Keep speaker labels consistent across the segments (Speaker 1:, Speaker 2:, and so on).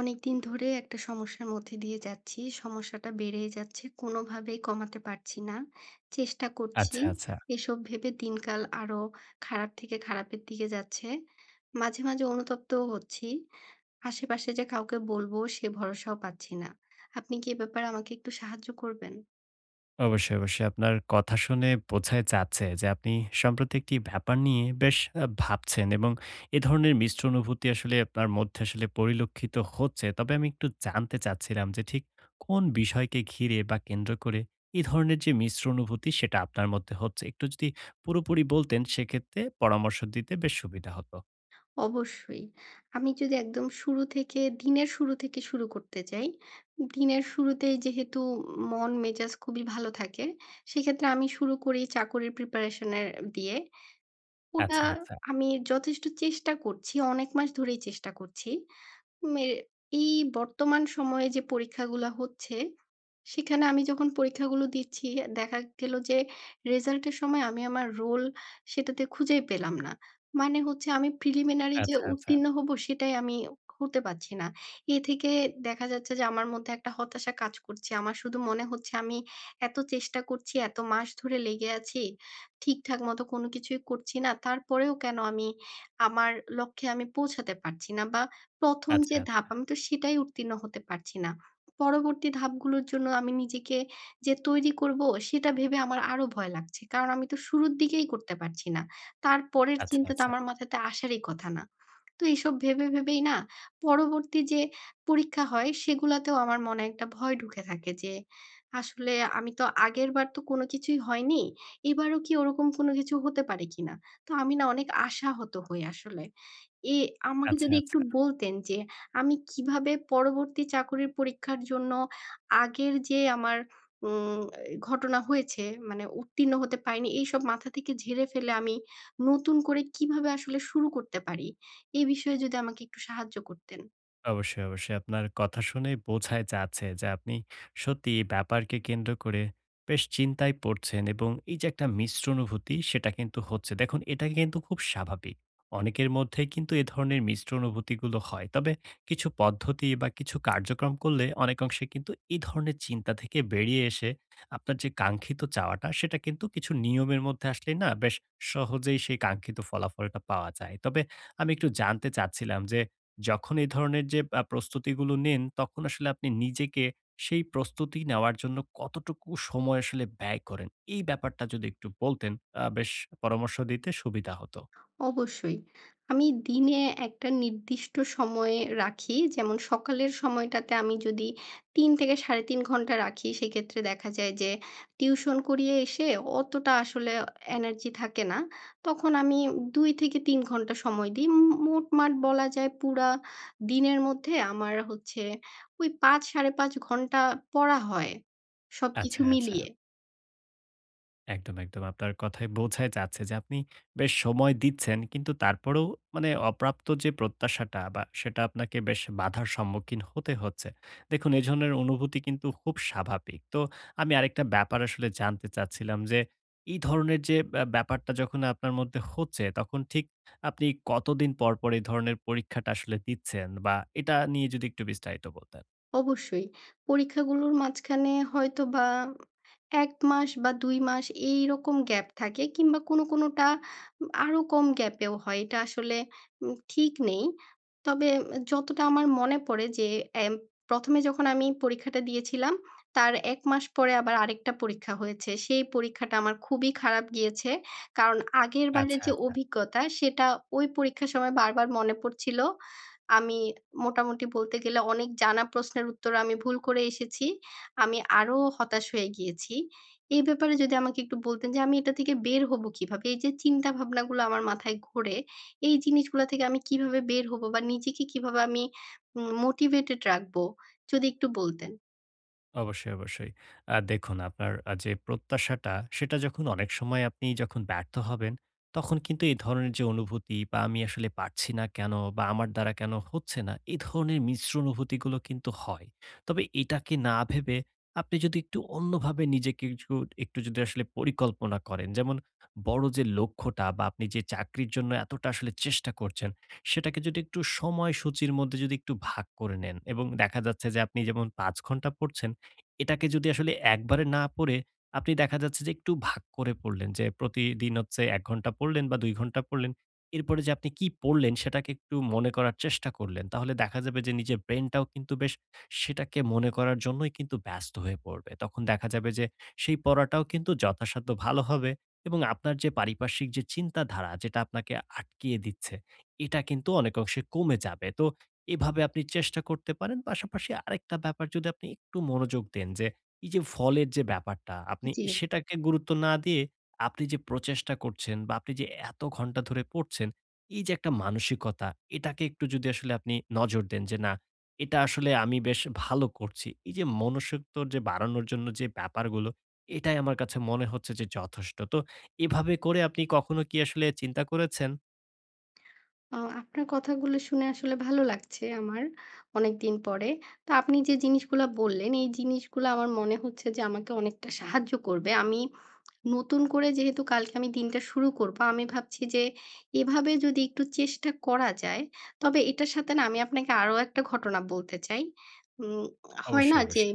Speaker 1: অনেকদিন ধরে একটা সমস্যার মধ্যে দিয়ে যাচ্ছি। সমস্যাটা বেড়েই যাচ্ছে। কোনোভাবেই কমাতে পারছি না। চেষ্টা করছি।
Speaker 2: আচ্ছা, আচ্ছা।
Speaker 1: এসব ভেবে দিনকাল আরো খারাপ থেকে খারাপের দিকে যাচ্ছে। মাঝে, মাঝে অনুতপ্তও হচ্ছি। আশেপাশে যে কাউকে বলবো সে ভরসাও পাচ্ছি না। আপনি কি এ ব্যাপারে আমাকে একটু সাহায্য করবেন?
Speaker 2: অবশ্যই, অবশ্যই। আপনার কথা শুনে বোঝাই যাচ্ছে যে আপনি সম্প্রতি একটি ব্যাপার নিয়ে বেশ ভাবছেন এবং এ ধরনের মিশ্র অনুভূতি আসলে আপনার মধ্যে আসলে পরিলক্ষিত হচ্ছে। তবে আমি একটু জানতে চাচ্ছিলাম যে ঠিক কোন বিষয়কে ঘিরে বা কেন্দ্র করে এই ধরনের যে মিশ্র অনুভূতি সেটা আপনার মধ্যে হচ্ছে। একটু যদি পুরোপুরি বলতেন সেক্ষেত্রে পরামর্শ দিতে বেশ সুবিধা হতো।
Speaker 1: অবশ্যই। আমি যদি একদম শুরু থেকে দিনের শুরু থেকে শুরু করতে চাই, দিনের শুরুতেই যেহেতু মন মেজাজ খুবই ভালো থাকে, সেক্ষেত্রে আমি শুরু করি চাকরির প্রিপারেশন এর দিয়ে। ওটা
Speaker 2: আচ্ছা, আচ্ছা,
Speaker 1: আমি যথেষ্ট চেষ্টা করছি, অনেক মাস ধরেই চেষ্টা করছি। মে এই বর্তমান সময়ে যে পরীক্ষাগুলা হচ্ছে, সেখানে আমি যখন পরীক্ষাগুলো দিচ্ছি দেখা গেল যে রেজাল্টের সময় আমি আমার রোল সেটাতে খুঁজেই পেলাম না। মানে হচ্ছে আমি প্রিলিমিনারি যে
Speaker 2: আচ্ছা, আচ্ছা,
Speaker 1: উত্তীর্ণ
Speaker 2: আচ্ছা,
Speaker 1: হব সেটাই আমি হতে পারছি না। এ থেকে দেখা যাচ্ছে যে আমার মধ্যে একটা হতাশা কাজ করছে। আমার শুধু মনে হচ্ছে আমি এত চেষ্টা করছি, এত মাস ধরে লেগে আছি। ঠিকঠাক মতো কোনো কিছুই করছি না। তারপরেও কেন আমি আমার লক্ষ্যে আমি পৌঁছাতে পারছি না বা ১ম যে
Speaker 2: আচ্ছা,
Speaker 1: ধাপ
Speaker 2: আচ্ছা,
Speaker 1: আমি তো সেটাই উত্তীর্ণ হতে পারছি না। পরবর্তী ধাপগুলোর জন্য আমি নিজেকে যে তৈরি করব সেটা ভেবে আমার আরো ভয় লাগছে। কারণ আমি তো শুরুর দিকেই করতে পারছি না। তারপরের
Speaker 2: আচ্ছা,
Speaker 1: চিন্তা তো
Speaker 2: আচ্ছা।
Speaker 1: আমার মাথাতে আসারই কথা না। তো এসব ভেবে ভেবেই না পরবর্তী যে পরীক্ষা হয় সেগুলাতেও আমার মনে একটা ভয় ঢুকে থাকে যে, আসলে আমি তো আগেরবার তো কোনো কিছুই হয়নি। এবারও কি ওরকম কোনো কিছু হতে পারে কিনা? তো আমি না অনেক আশাহত হই আসলে। এ আমাকে যদি একটু
Speaker 2: আচ্ছা।
Speaker 1: বলতেন যে আমি কিভাবে পরবর্তী চাকরির পরীক্ষার জন্য আগের যে আমার উম, ঘটনা হয়েছে, মানে উত্তীর্ণ হতে পারিনি, এইসব মাথা থেকে ঝেড়ে ফেলে আমি নতুন করে কিভাবে আসলে শুরু করতে পারি, এই বিষয়ে যদি আমাকে একটু সাহায্য করতেন।
Speaker 2: অবশ্যই, অবশ্যই। আপনার কথা শুনেই বোঝাই যাচ্ছে যে আপনি সত্যি এই ব্যাপারকে কেন্দ্র করে বেশ চিন্তায় পড়ছেন এবং এই যে একটা মিশ্র অনুভূতি সেটা কিন্তু হচ্ছে। দেখুন এটা কিন্তু খুব স্বাভাবিক। অনেকের মধ্যেই কিন্তু এ ধরনের মিশ্র অনুভূতিগুলো হয়। তবে কিছু পদ্ধতি বা কিছু কার্যক্রম করলে অনেকাংশে কিন্তু এই ধরনের চিন্তা থেকে বেরিয়ে এসে আপনার যে কাঙ্ক্ষিত চাওয়াটা সেটা কিন্তু কিছু নিয়মের মধ্যে আসলেই না বেশ সহজেই সেই কাঙ্ক্ষিত ফলাফলটা পাওয়া যায়। তবে আমি একটু জানতে চাচ্ছিলাম যে যখন এই ধরনের যে প্রস্তুতিগুলো নেন, তখন আসলে আপনি নিজেকে সেই প্রস্তুতি নেওয়ার জন্য কতটুকু সময় আসলে ব্যয় করেন? এই ব্যাপারটা যদি একটু বলতেন, বেশ পরামর্শ দিতে সুবিধা হতো।
Speaker 1: অবশ্যই। আমি দিনে একটা নির্দিষ্ট সময় রাখি। যেমন সকালের সময়টাতে আমি যদি ৩ থেকে ৩.৫ ঘন্টা রাখি, সেক্ষেত্রে দেখা যায় যে টিউশন করিয়ে এসে অতটা আসলে এনার্জি থাকে না। তখন আমি ২ থেকে ৩ ঘন্টা সময় দিই। মোটমাট বলা যায়, পুরা দিনের মধ্যে আমার হচ্ছে ওই ৫, ৫.৫ ঘন্টা পড়া হয়, সবকিছু
Speaker 2: আচ্ছা, আচ্ছা।
Speaker 1: মিলিয়ে।
Speaker 2: একদম। আপনার কথায় বোঝাই যাচ্ছে যে আপনি বেশ সময় দিচ্ছেন। কিন্তু তারপরেও মানে অপ্রাপ্ত যে প্রত্যাশাটা বা সেটা আপনাকে বেশ বাধার সম্মুখীন হতে হচ্ছে। দেখুন এ ধরনের অনুভূতি কিন্তু খুব স্বাভাবিক। তো আমি আরেকটা ব্যাপার আসলে জানতে চাচ্ছিলাম যে এই ধরনের যে ব্যাপারটা যখন আপনার মধ্যে হচ্ছে তখন ঠিক আপনি কতদিন পর, পর এই ধরনের পরীক্ষাটা আসলে দিচ্ছেন বা এটা নিয়ে যদি একটু বিস্তারিত বলতেন?
Speaker 1: অবশ্যই। পরীক্ষাগুলোর মাঝখানে হয়তোবা ১ মাস বা ২ মাস এইরকম গ্যাপ থাকে, কিংবা কোনোটা আরো কম গ্যাপেও হয়। এটা আসলে ঠিক নেই। তবে যতটা আমার মনে পড়ে যে এম ১ম এ যখন আমি পরীক্ষাটা দিয়েছিলাম, তার ১ মাস পরে আবার আরেকটা পরীক্ষা হয়েছে। সেই পরীক্ষাটা আমার খুবই খারাপ গিয়েছে। কারণ আগের বারের
Speaker 2: আচ্ছা,
Speaker 1: যে
Speaker 2: আচ্ছা।
Speaker 1: অভিজ্ঞতা, সেটা ওই পরীক্ষার সময় বারবার মনে পড়ছিল। আমি মোটামুটি বলতে গেলে অনেক জানা প্রশ্নের উত্তর আমি ভুল করে এসেছি। আমি আরো হতাশ হয়ে গিয়েছি। এই ব্যাপারে যদি আমাকে একটু বলতেন যে আমি এটা থেকে বের হবো কিভাবে? এই যে চিন্তা ভাবনাগুলো আমার মাথায় ঘোরে, এই জিনিসগুলা থেকে আমি কিভাবে বের হবো বা নিজেকে কিভাবে আমি মোটিভেটেড রাখবো? যদি একটু বলতেন।
Speaker 2: অবশ্যই, অবশ্যই। দেখুন আপনার যে প্রত্যাশাটা সেটা যখন অনেক সময় আপনি যখন ব্যর্থ হবেন, তখন কিন্তু এই ধরনের যে অনুভূতি বা আমি আসলে পারছি না কেন বা আমার দ্বারা কেন হচ্ছে না, এই ধরনের মিশ্র অনুভূতিগুলো কিন্তু হয়। তবে এটাকে না ভেবে আপনি যদি একটু অন্যভাবে নিজেকে কিছু একটু যদি আসলে পরিকল্পনা করেন, যেমন বড় যে লক্ষ্যটা বা আপনি যে চাকরির জন্য এতটা আসলে চেষ্টা করছেন, সেটাকে যদি একটু সময়সূচির মধ্যে যদি একটু ভাগ করে নেন এবং দেখা যাচ্ছে যে আপনি যেমন ৫ ঘন্টা পড়ছেন এটাকে যদি আসলে একবারে না পড়ে আপনি দেখা যাচ্ছে যে একটু ভাগ করে পড়লেন যে প্রতিদিন হচ্ছে ১ ঘন্টা পড়লেন বা ২ ঘন্টা পড়লেন। এরপরে যে আপনি কি পড়লেন সেটাকে একটু মনে করার চেষ্টা করলেন। তাহলে দেখা যাবে যে নিজের ব্রেইনটাও কিন্তু বেশ সেটাকে মনে করার জন্যই কিন্তু ব্যস্ত হয়ে পড়বে। তখন দেখা যাবে যে সেই পড়াটাও কিন্তু যথাসাধ্য ভালো হবে এবং আপনার যে পারিপার্শ্বিক যে চিন্তাধারা যেটা আপনাকে আটকিয়ে দিচ্ছে, এটা কিন্তু অনেকাংশে কমে যাবে। তো এভাবে আপনি চেষ্টা করতে পারেন। পাশাপাশি আরেকটা ব্যাপার যদি আপনি একটু মনোযোগ দেন যে, এই যে ফলের যে ব্যাপারটা, আপনি
Speaker 1: জি।
Speaker 2: সেটাকে গুরুত্ব না দিয়ে আপনি যে প্রচেষ্টা করছেন বা আপনি যে এত ঘন্টা ধরে পড়ছেন, এই যে একটা মানসিকতা, এটাকে একটু যদি আসলে আপনি নজর দেন যে, না এটা আসলে আমি বেশ ভালো করছি। এই যে মনসিক্ত যে বাড়ানোর জন্য যে ব্যাপারগুলো, এটাই আমার কাছে মনে হচ্ছে যে যথেষ্ট। তো এভাবে করে আপনি কখনো কি আসলে চিন্তা করেছেন?
Speaker 1: আপনার কথাগুলো শুনে আসলে ভালো লাগছে আমার, অনেকদিন পরে। তো আপনি যে জিনিসগুলা বললেন, এই জিনিসগুলা আমার মনে হচ্ছে যে আমাকে অনেকটা সাহায্য করবে। আমি নতুন করে যেহেতু কালকে আমি দিনটা শুরু করব, আমি ভাবছি যে এভাবে যদি একটু চেষ্টা করা যায়, তবে এটার সাথে না আমি আপনাকে আরো একটা ঘটনা বলতে চাই। উম হয় না
Speaker 2: অবশ্যই,
Speaker 1: যে
Speaker 2: অবশ্যই।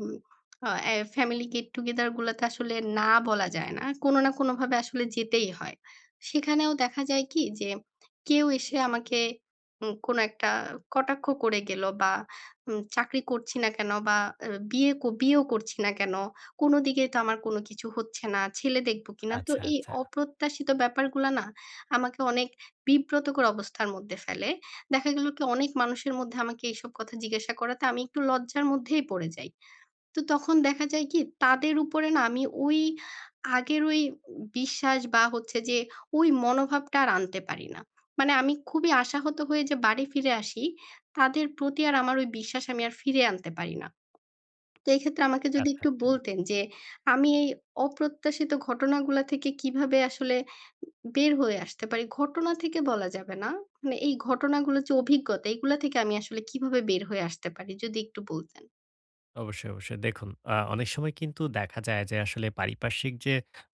Speaker 1: এ ফ্যামিলি গেট টুগেদার গুলাতে আসলে না বলা যায় না। কোন না কোনভাবে আসলে যেতেই হয়। সেখানেও দেখা যায় কি যে কেউ এসে আমাকে কোনো একটা কটাক্ষ করে গেল বা চাকরি করছি না কেন, বা আ বিয়ে ক বিয়েও করছি না কেন? কোনো দিকেই তো আমার কোনো কিছু হচ্ছে না। ছেলে দেখব কিনা? তো
Speaker 2: আচ্ছা,
Speaker 1: এই
Speaker 2: আচ্ছা,
Speaker 1: অপ্রত্যাশিত ব্যাপারগুলা না আমাকে অনেক বিব্রতকর অবস্থার মধ্যে ফেলে। দেখা গেল কি অনেক মানুষের মধ্যে আমাকে এইসব কথা জিজ্ঞাসা করাতে আমি একটু লজ্জার মধ্যেই পড়ে যাই। তো তখন দেখা যায় কি তাদের উপরে না আমি ওই আগের ওই বিশ্বাস, বা হচ্ছে যে ওই মনোভাবটা আর আনতে পারি না। মানে আমি খুবই আশাহত হয়ে যে বাড়ি ফিরে আসি, তাদের প্রতি আর আমার ওই বিশ্বাস আমি আর ফিরিয়ে আনতে পারি না। তো এক্ষেত্রে আমাকে যদি একটু
Speaker 2: আচ্ছা।
Speaker 1: বলতেন যে আমি এই অপ্রত্যাশিত ঘটনাগুলা থেকে কিভাবে আসলে বের হয়ে আসতে পারি? ঘটনা থেকে বলা যাবে না। মানে এই ঘটনাগুলো যে অভিজ্ঞতা, এগুলা থেকে আমি আসলে কিভাবে বের হয়ে আসতে পারি? যদি একটু বলতেন।
Speaker 2: অবশ্যই, অবশ্যই। দেখুন, অনেক সময় কিন্তু দেখা যায় যে আসলে পারিপার্শ্বিক যে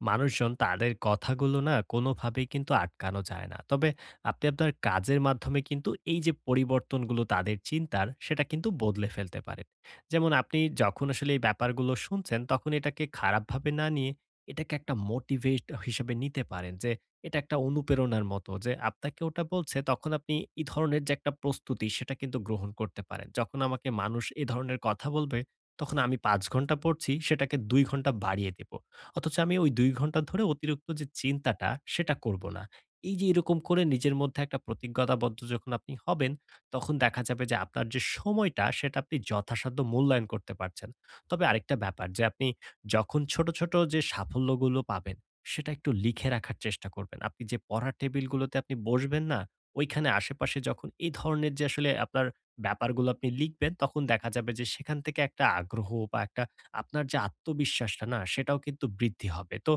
Speaker 2: মানুষজন তাদের কথাগুলো না কোনোভাবেই কিন্তু আটকানো যায় না। তবে আপনি আপনার কাজের মাধ্যমে কিন্তু এই যে পরিবর্তনগুলো তাদের চিন্তার সেটা কিন্তু বদলে ফেলতে পারেন। যেমন আপনি যখন আসলে এই ব্যাপারগুলো শুনছেন তখন এটাকে খারাপভাবে না নিয়ে এটাকে একটা মোটিভেট হিসেবে নিতে পারেন যে এটা একটা অনুপ্রেরণার মতো যে আপনাকে ওটা বলছে তখন আপনি এই ধরনের যে একটা প্রস্তুতি সেটা কিন্তু গ্রহণ করতে পারেন। যখন আমাকে মানুষ এ ধরনের কথা বলবে তখন আমি ৫ ঘন্টা পড়ছি সেটাকে ২ ঘন্টা বাড়িয়ে দেব। অথচ আমি ওই ২ ঘন্টা ধরে অতিরিক্ত যে চিন্তাটা সেটা করব না। এই যে এরকম করে নিজের মধ্যে একটা প্রতিজ্ঞতাবদ্ধ যখন আপনি হবেন, তখন দেখা যাবে যে আপনার যে সময়টা সেটা আপনি যথাসাধ্য মূল্যায়ন করতে পারছেন। তবে আরেকটা ব্যাপার যে আপনি যখন ছোট, ছোট যে সাফল্যগুলো পাবেন সেটা একটু লিখে রাখার চেষ্টা করবেন। আপনি যে পড়ার টেবিলগুলোতে আপনি বসবেন না, ওইখানে আশেপাশে যখন এই ধরনের যে আসলে আপনার ব্যাপারগুলো আপনি লিখবেন, তখন দেখা যাবে যে সেখান থেকে একটা আগ্রহ বা একটা আপনার যে আত্মবিশ্বাসটা না সেটাও কিন্তু বৃদ্ধি হবে। তো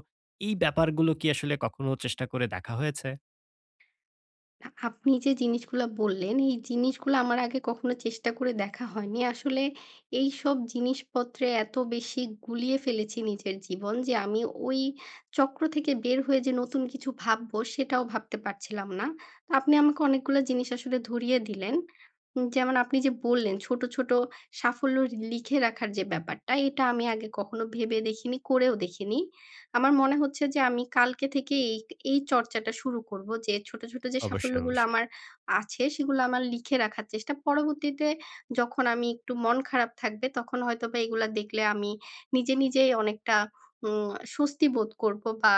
Speaker 2: এই ব্যাপারগুলো কি আসলে কখনো চেষ্টা করে দেখা হয়েছে?
Speaker 1: না, আপনি যে জিনিসগুলা বললেন, এই জিনিসগুলা আমার আগে কখনো চেষ্টা করে দেখা হয়নি। আসলে এইসব জিনিসপত্রে এত বেশি গুলিয়ে ফেলেছি নিজের জীবন যে আমি ওই চক্র থেকে বের হয়ে যে নতুন কিছু ভাববো সেটাও ভাবতে পারছিলাম না। তো আপনি আমাকে অনেকগুলা জিনিস আসলে ধরিয়ে দিলেন। যেমন আপনি যে বললেন ছোট, ছোট সাফল্য লিখে রাখার যে ব্যাপারটা, এটা আমি আগে কখনো ভেবে দেখিনি, করেও দেখিনি। আমার মনে হচ্ছে যে আমি কালকে থেকে এই এই চর্চাটা শুরু করব যে ছোট, ছোট যে
Speaker 2: অবশ্যই,
Speaker 1: সাফল্যগুলো
Speaker 2: অবশ্যই।
Speaker 1: আমার আছে, সেগুলো আমার লিখে রাখার চেষ্টা। পরবর্তীতে যখন আমি একটু মন খারাপ থাকবে, তখন হয়তোবা এগুলা দেখলে আমি নিজে, নিজেই অনেকটা উম স্বস্তি বোধ করব, বা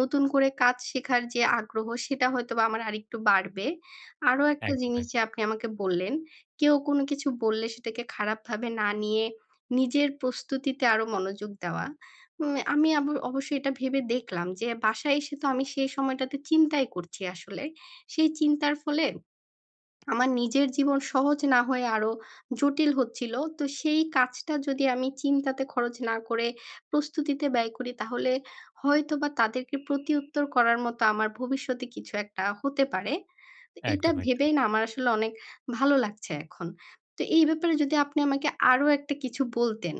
Speaker 1: নতুন করে কাজ শেখার যে আগ্রহ, সেটা হয়তোবা আমার আরেকটু বাড়বে। আরো একটা
Speaker 2: একদম,
Speaker 1: জিনিস
Speaker 2: এক
Speaker 1: যে আপনি আমাকে বললেন, কেউ কোনো কিছু বললে সেটাকে খারাপভাবে না নিয়ে নিজের প্রস্তুতিতে আরো মনোযোগ দেওয়া। হুম, আমি অবশ্যই এটা ভেবে দেখলাম যে বাসায় এসে তো আমি সেই সময়টাতে চিন্তাই করছি আসলে। সেই চিন্তার ফলে আমার নিজের জীবন সহজ না হয়ে আরো জটিল হচ্ছিল। তো সেই কাজটা যদি আমি চিন্তাতে খরচ না করে প্রস্তুতিতে ব্যয় করি, তাহলে হয়তোবা তাদেরকে প্রতিউত্তর করার মতো আমার ভবিষ্যতে কিছু একটা হতে পারে। তো এটা
Speaker 2: একদম।
Speaker 1: ভেবেই না আমার আসলে অনেক ভালো লাগছে এখন। তো এই ব্যাপারে যদি আপনি আমাকে আরো একটা কিছু বলতেন।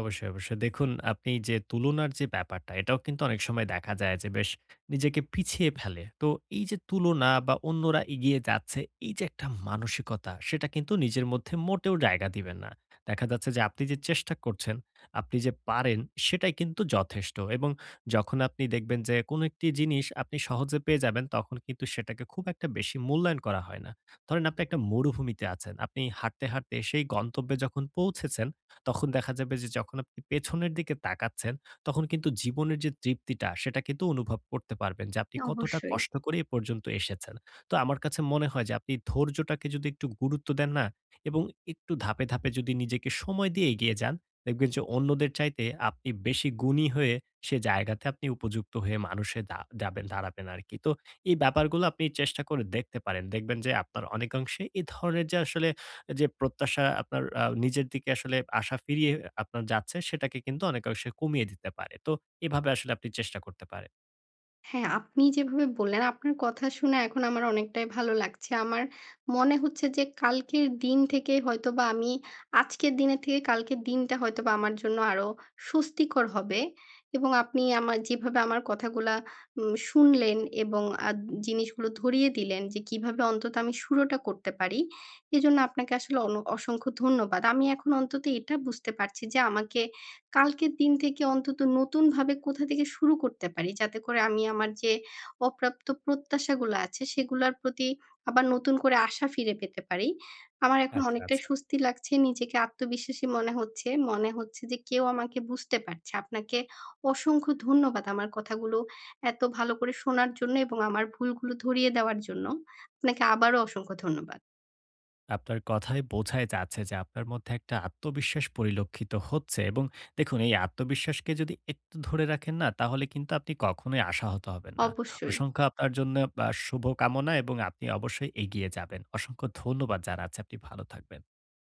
Speaker 2: অবশ্যই, অবশ্যই। দেখুন আপনি যে তুলনার যে ব্যাপারটা, এটাও কিন্তু অনেক সময় দেখা যায় যে বেশ নিজেকে পিছিয়ে ফেলে। তো এই যে তুলনা বা অন্যরা এগিয়ে যাচ্ছে, এই যে একটা মানসিকতা, সেটা কিন্তু নিজের মধ্যে মোটেও জায়গা দিবেন না। দেখা যাচ্ছে যে আপনি যে চেষ্টা করছেন, আপনি যে পারেন, সেটাই কিন্তু যথেষ্ট এবং যখন আপনি দেখবেন যে কোনো একটি জিনিস আপনি সহজে পেয়ে যাবেন, তখন কিন্তু সেটাকে খুব একটা বেশি মূল্যায়ন করা হয় না। ধরেন আপনি একটা মরুভূমিতে আছেন। আপনি হাঁটতে, হাঁটতে সেই গন্তব্যে যখন পৌঁছেছেন, তখন দেখা যাবে যে যখন আপনি পেছনের দিকে তাকাচ্ছেন, তখন কিন্তু জীবনের যে তৃপ্তিটা সেটা কিন্তু অনুভব করতে পারবেন যে আপনি কতটা
Speaker 1: অবশ্যই।
Speaker 2: কষ্ট করে এ পর্যন্ত এসেছেন। তো আমার কাছে মনে হয় যে আপনি ধৈর্যটাকে যদি একটু গুরুত্ব দেন না এবং একটু ধাপে, ধাপে যদি নিজেকে সময় দিয়ে এগিয়ে যান, দেখবেন যে অন্যদের চাইতে আপনি বেশি গুণী হয়ে সে জায়গাতে আপনি উপযুক্ত হয়ে মানুষে যাবেন দাঁড়াবেন আরকি। তো এই ব্যাপারগুলো আপনি চেষ্টা করে দেখতে পারেন। দেখবেন যে আপনার অনেকাংশে এ ধরনের যে আসলে যে প্রত্যাশা আপনার নিজের দিকে আসলে আশা ফিরিয়ে আপনার যাচ্ছে সেটাকে কিন্তু অনেকাংশে কমিয়ে দিতে পারে। তো এভাবে আসলে আপনি চেষ্টা করতে পারেন।
Speaker 1: হ্যাঁ, আপনি যেভাবে বললেন, আপনার কথা শুনে এখন আমার অনেকটাই ভালো লাগছে। আমার মনে হচ্ছে যে কালকের দিন থেকে হয়তোবা আমি আজকের দিনের থেকে কালকের দিনটা হয়তোবা আমার জন্য আরো স্বস্তিকর হবে। এবং আপনি আমার যেভাবে আমার কথাগুলা শুনলেন এবং আ জিনিসগুলো ধরিয়ে দিলেন যে কিভাবে অন্তত আমি শুরুটা করতে পারি। এজন্য আপনাকে আসলে অসংখ্য ধন্যবাদ। আমি এখন অন্তত এটা বুঝতে পারছি যে আমাকে কালকের দিন থেকে অন্তত নতুনভাবে কোথা থেকে শুরু করতে পারি, যাতে করে আমি আমার যে অপ্রাপ্ত প্রত্যাশাগুলো আছে, সেগুলার প্রতি আবার নতুন করে আশা ফিরে পেতে পারি। আমার এখন
Speaker 2: আচ্ছা,
Speaker 1: অনেকটাই
Speaker 2: আচ্ছা।
Speaker 1: স্বস্তি লাগছে। নিজেকে আত্মবিশ্বাসী মনে হচ্ছে। মনে হচ্ছে যে কেউ আমাকে বুঝতে পারছে। আপনাকে অসংখ্য ধন্যবাদ আমার কথাগুলো এত ভালো করে শোনার জন্য এবং আমার ভুলগুলো ধরিয়ে দেওয়ার জন্য। আপনাকে আবারও অসংখ্য ধন্যবাদ।
Speaker 2: আপনার কথায় বোঝাই যাচ্ছে যে আপনার মধ্যে একটা আত্মবিশ্বাস পরিলক্ষিত হচ্ছে এবং দেখুন এই আত্মবিশ্বাসকে যদি একটু ধরে রাখেন না তাহলে কিন্তু আপনি কখনোই আশাহত হবেন না।
Speaker 1: অবশ্যই।
Speaker 2: অসংখ্য আপনার জন্য শুভকামনা এবং আপনি অবশ্যই এগিয়ে যাবেন। অসংখ্য ধন্যবাদ জানাচ্ছি। আপনি ভালো থাকবেন।